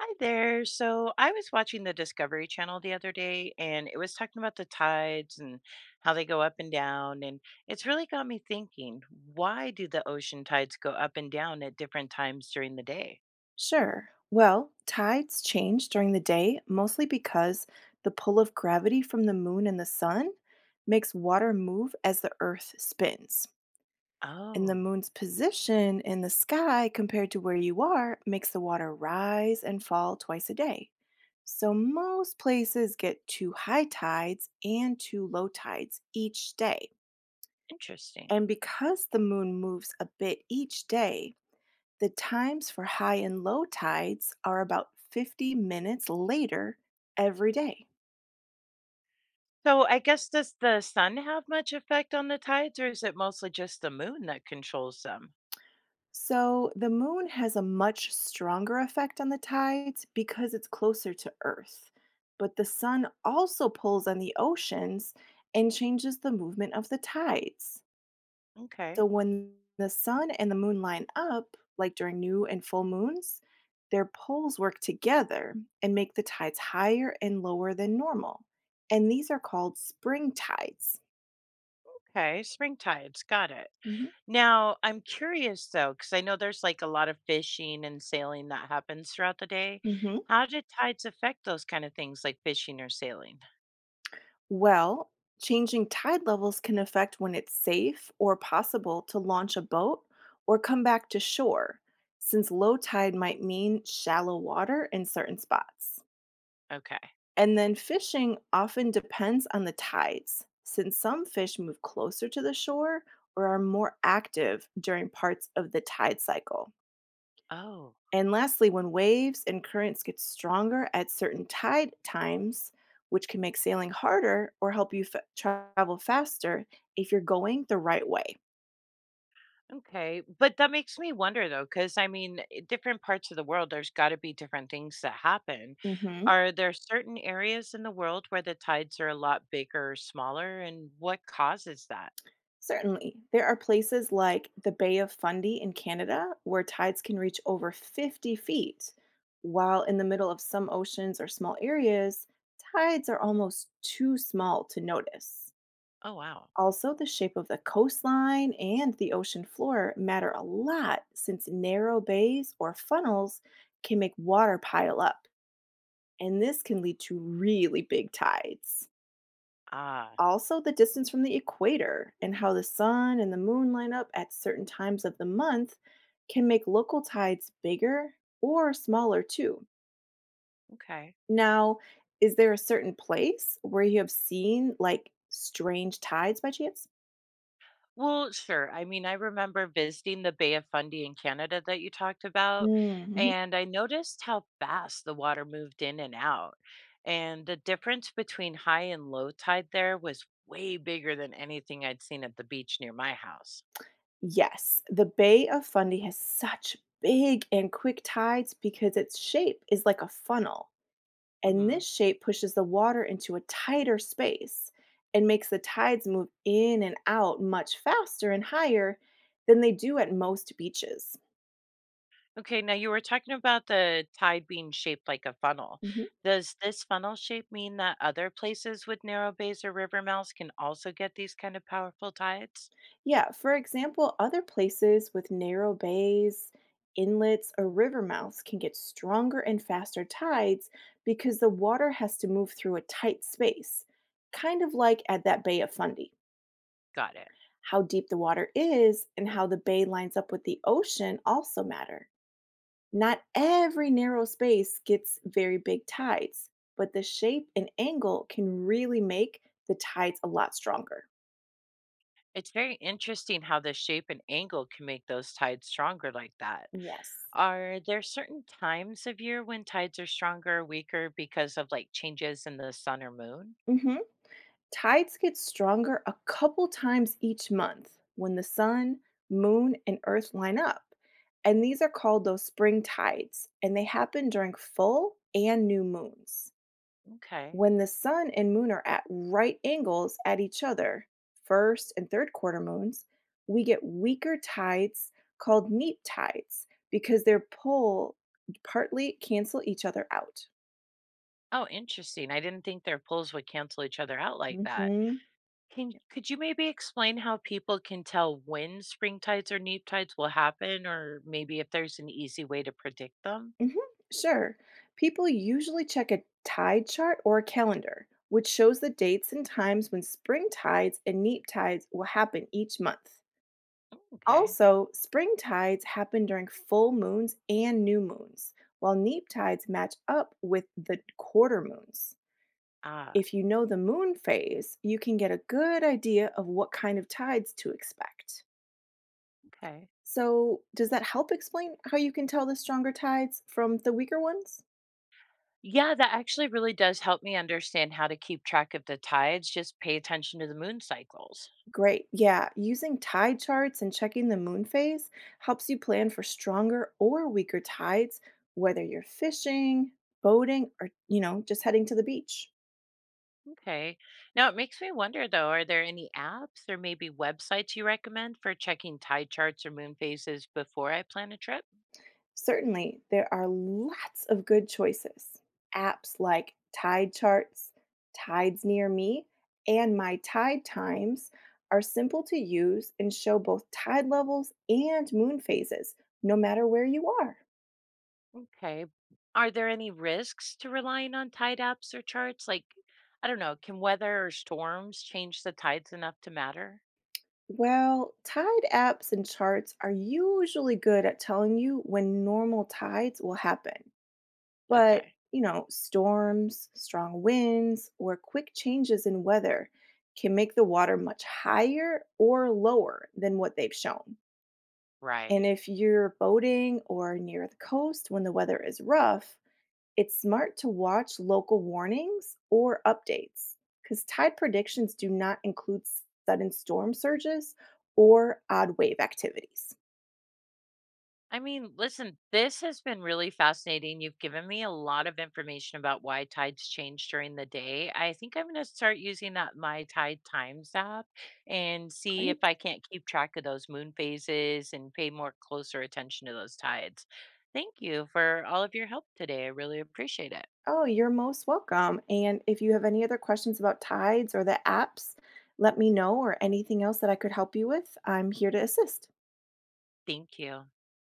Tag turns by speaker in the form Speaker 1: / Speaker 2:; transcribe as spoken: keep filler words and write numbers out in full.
Speaker 1: Hi there. So I was watching the Discovery Channel the other day and it was talking about the tides and how they go up and down. And it's really got me thinking, why do the ocean tides go up and down at different times during the day?
Speaker 2: Sure. Well, tides change during the day mostly because the pull of gravity from the moon and the sun makes water move as the earth spins. And the
Speaker 1: Oh,
Speaker 2: moon's position in the sky compared to where you are makes the water rise and fall twice a day. So most places get two high tides and two low tides each day.
Speaker 1: interesting.
Speaker 2: And because the moon moves a bit each day, the times for high and low tides are about fifty minutes later every day.
Speaker 1: So I guess does the sun have much effect on the tides or is it mostly just the moon that controls them?
Speaker 2: So the moon has a much stronger effect on the tides because it's closer to Earth. But the sun also pulls on the oceans and changes the movement of the tides.
Speaker 1: Okay.
Speaker 2: So when the sun and the moon line up, like during new and full moons, their poles work together and make the tides higher and lower than normal. And these are called spring tides.
Speaker 1: Okay. Spring tides. Got it.
Speaker 2: Mhm.
Speaker 1: Now, I'm curious though, because I know there's like a lot of fishing and sailing that happens throughout the day.
Speaker 2: Mhm.
Speaker 1: How do tides affect those kind of things like fishing or sailing?
Speaker 2: Well, changing tide levels can affect when it's safe or possible to launch a boat or come back to shore, since low tide might mean shallow water in certain spots.
Speaker 1: Okay.
Speaker 2: And then fishing often depends on the tides, since some fish move closer to the shore or are more active during parts of the tide cycle.
Speaker 1: Oh,
Speaker 2: And lastly, when waves and currents get stronger at certain tide times, which can make sailing harder or help you fa- travel faster if you're going the right way.
Speaker 1: okay. But that makes me wonder though, because I mean, i- different parts of the world, there's got to be different things that happen.
Speaker 2: Hmm.
Speaker 1: Are there certain areas in the world where the tides are a lot bigger or smaller? And what causes that?
Speaker 2: Certainly. There are places like the Bay of Fundy in Canada where tides can reach over fifty feet, while in the middle of some oceans or small areas, tides are almost too small to notice.
Speaker 1: Oh, wow.
Speaker 2: Also, the shape of the coastline and the ocean floor matter a lot since narrow bays or funnels can make water pile up, and this can lead to really big tides.
Speaker 1: Ah,
Speaker 2: Also, the distance from the equator and how the sun and the moon line up at certain times of the month can make local tides bigger or smaller too.
Speaker 1: okay.
Speaker 2: Now, is there a certain place where you have seen like strange tides by chance?
Speaker 1: Well, sure. I mean, I remember visiting the Bay of Fundy in Canada that you talked about,
Speaker 2: Mm-hmm.
Speaker 1: and I noticed how fast the water moved in and out. And the difference between high and low tide there was way bigger than anything I'd seen at the beach near my house.
Speaker 2: Yes, the Bay of Fundy has such big and quick tides because its shape is like a funnel. And
Speaker 1: Hmm.
Speaker 2: this shape pushes the water into a tighter space and makes the tides move in and out much faster and higher than they do at most beaches.
Speaker 1: Okay, now you were talking about the tide being shaped like a funnel.
Speaker 2: Mhm.
Speaker 1: Does this funnel shape mean that other places with narrow bays or river mouths can also get these kind of powerful tides?
Speaker 2: Yeah, for example, other places with narrow bays, inlets, or river mouths can get stronger and faster tides because the water has to move through a tight space, kind of like at that Bay of Fundy.
Speaker 1: Got it.
Speaker 2: How deep the water is and how the bay lines up with the ocean also matter. Not every narrow space gets very big tides, but the shape and angle can really make the tides a lot stronger.
Speaker 1: It's very interesting how the shape and angle can make those tides stronger like that.
Speaker 2: Yes.
Speaker 1: Are there certain times of year when tides are stronger or weaker because of like changes in the sun or moon?
Speaker 2: Hmm. Tides get stronger a couple times each month when the sun, moon, and earth line up. And these are called those spring tides, and they happen during full and new moons.
Speaker 1: Okay.
Speaker 2: When the sun and moon are at right angles at each other, first and third quarter moons, we get weaker tides called neap tides because their pull partly cancel each other out.
Speaker 1: Oh, interesting. I didn't think their pulls would cancel each other out like that.
Speaker 2: Mhm.
Speaker 1: Can Could you maybe explain how people can tell when spring tides or neap tides will happen or maybe if there's an easy way to predict them?
Speaker 2: Mhm. Sure. People usually check a tide chart or a calendar, which shows the dates and times when spring tides and neap tides will happen each month.
Speaker 1: Okay.
Speaker 2: Also, spring tides happen during full moons and new moons, while neap tides match up with the quarter moons.
Speaker 1: Ah,
Speaker 2: If you know the moon phase, you can get a good idea of what kind of tides to expect.
Speaker 1: okay.
Speaker 2: So, does that help explain how you can tell the stronger tides from the weaker ones?
Speaker 1: Yeah, that actually really does help me understand how to keep track of the tides. Just pay attention to the moon cycles.
Speaker 2: Great. Yeah, using tide charts and checking the moon phase helps you plan for stronger or weaker tides whether you're fishing, boating, or you know, just heading to the beach.
Speaker 1: Okay. Now it makes me wonder though, are there any apps or maybe websites you recommend for checking tide charts or moon phases before I plan a trip?
Speaker 2: Certainly, there are lots of good choices. Apps like Tide Charts, Tides Near Me, and My Tide Times are simple to use and show both tide levels and moon phases, no matter where you are.
Speaker 1: Okay. Are there any risks to relying on tide apps or charts? Like, I don't know, can weather or storms change the tides enough to matter?
Speaker 2: Well, tide apps and charts are usually good at telling you when normal tides will happen. But,
Speaker 1: Okay.
Speaker 2: you know, storms, strong winds, or quick changes in weather can make the water much higher or lower than what they've shown. And
Speaker 1: Right.
Speaker 2: if you're boating or near the coast when the weather is rough, it's smart to watch local warnings or updates because tide predictions do not include sudden storm surges or odd wave activities.
Speaker 1: I mean, listen, this has been really fascinating. You've given me a lot of information about why tides change during the day. I think I'm going to start using that My Tide Times app and see if
Speaker 2: Great.
Speaker 1: I can't keep track of those moon phases and pay more closer attention to those tides. Thank you for all of your help today. I really appreciate it.
Speaker 2: Oh, you're most welcome. And if you have any other questions about tides or the apps, let me know or anything else that I could help you with. I'm here to assist.
Speaker 1: Thank you.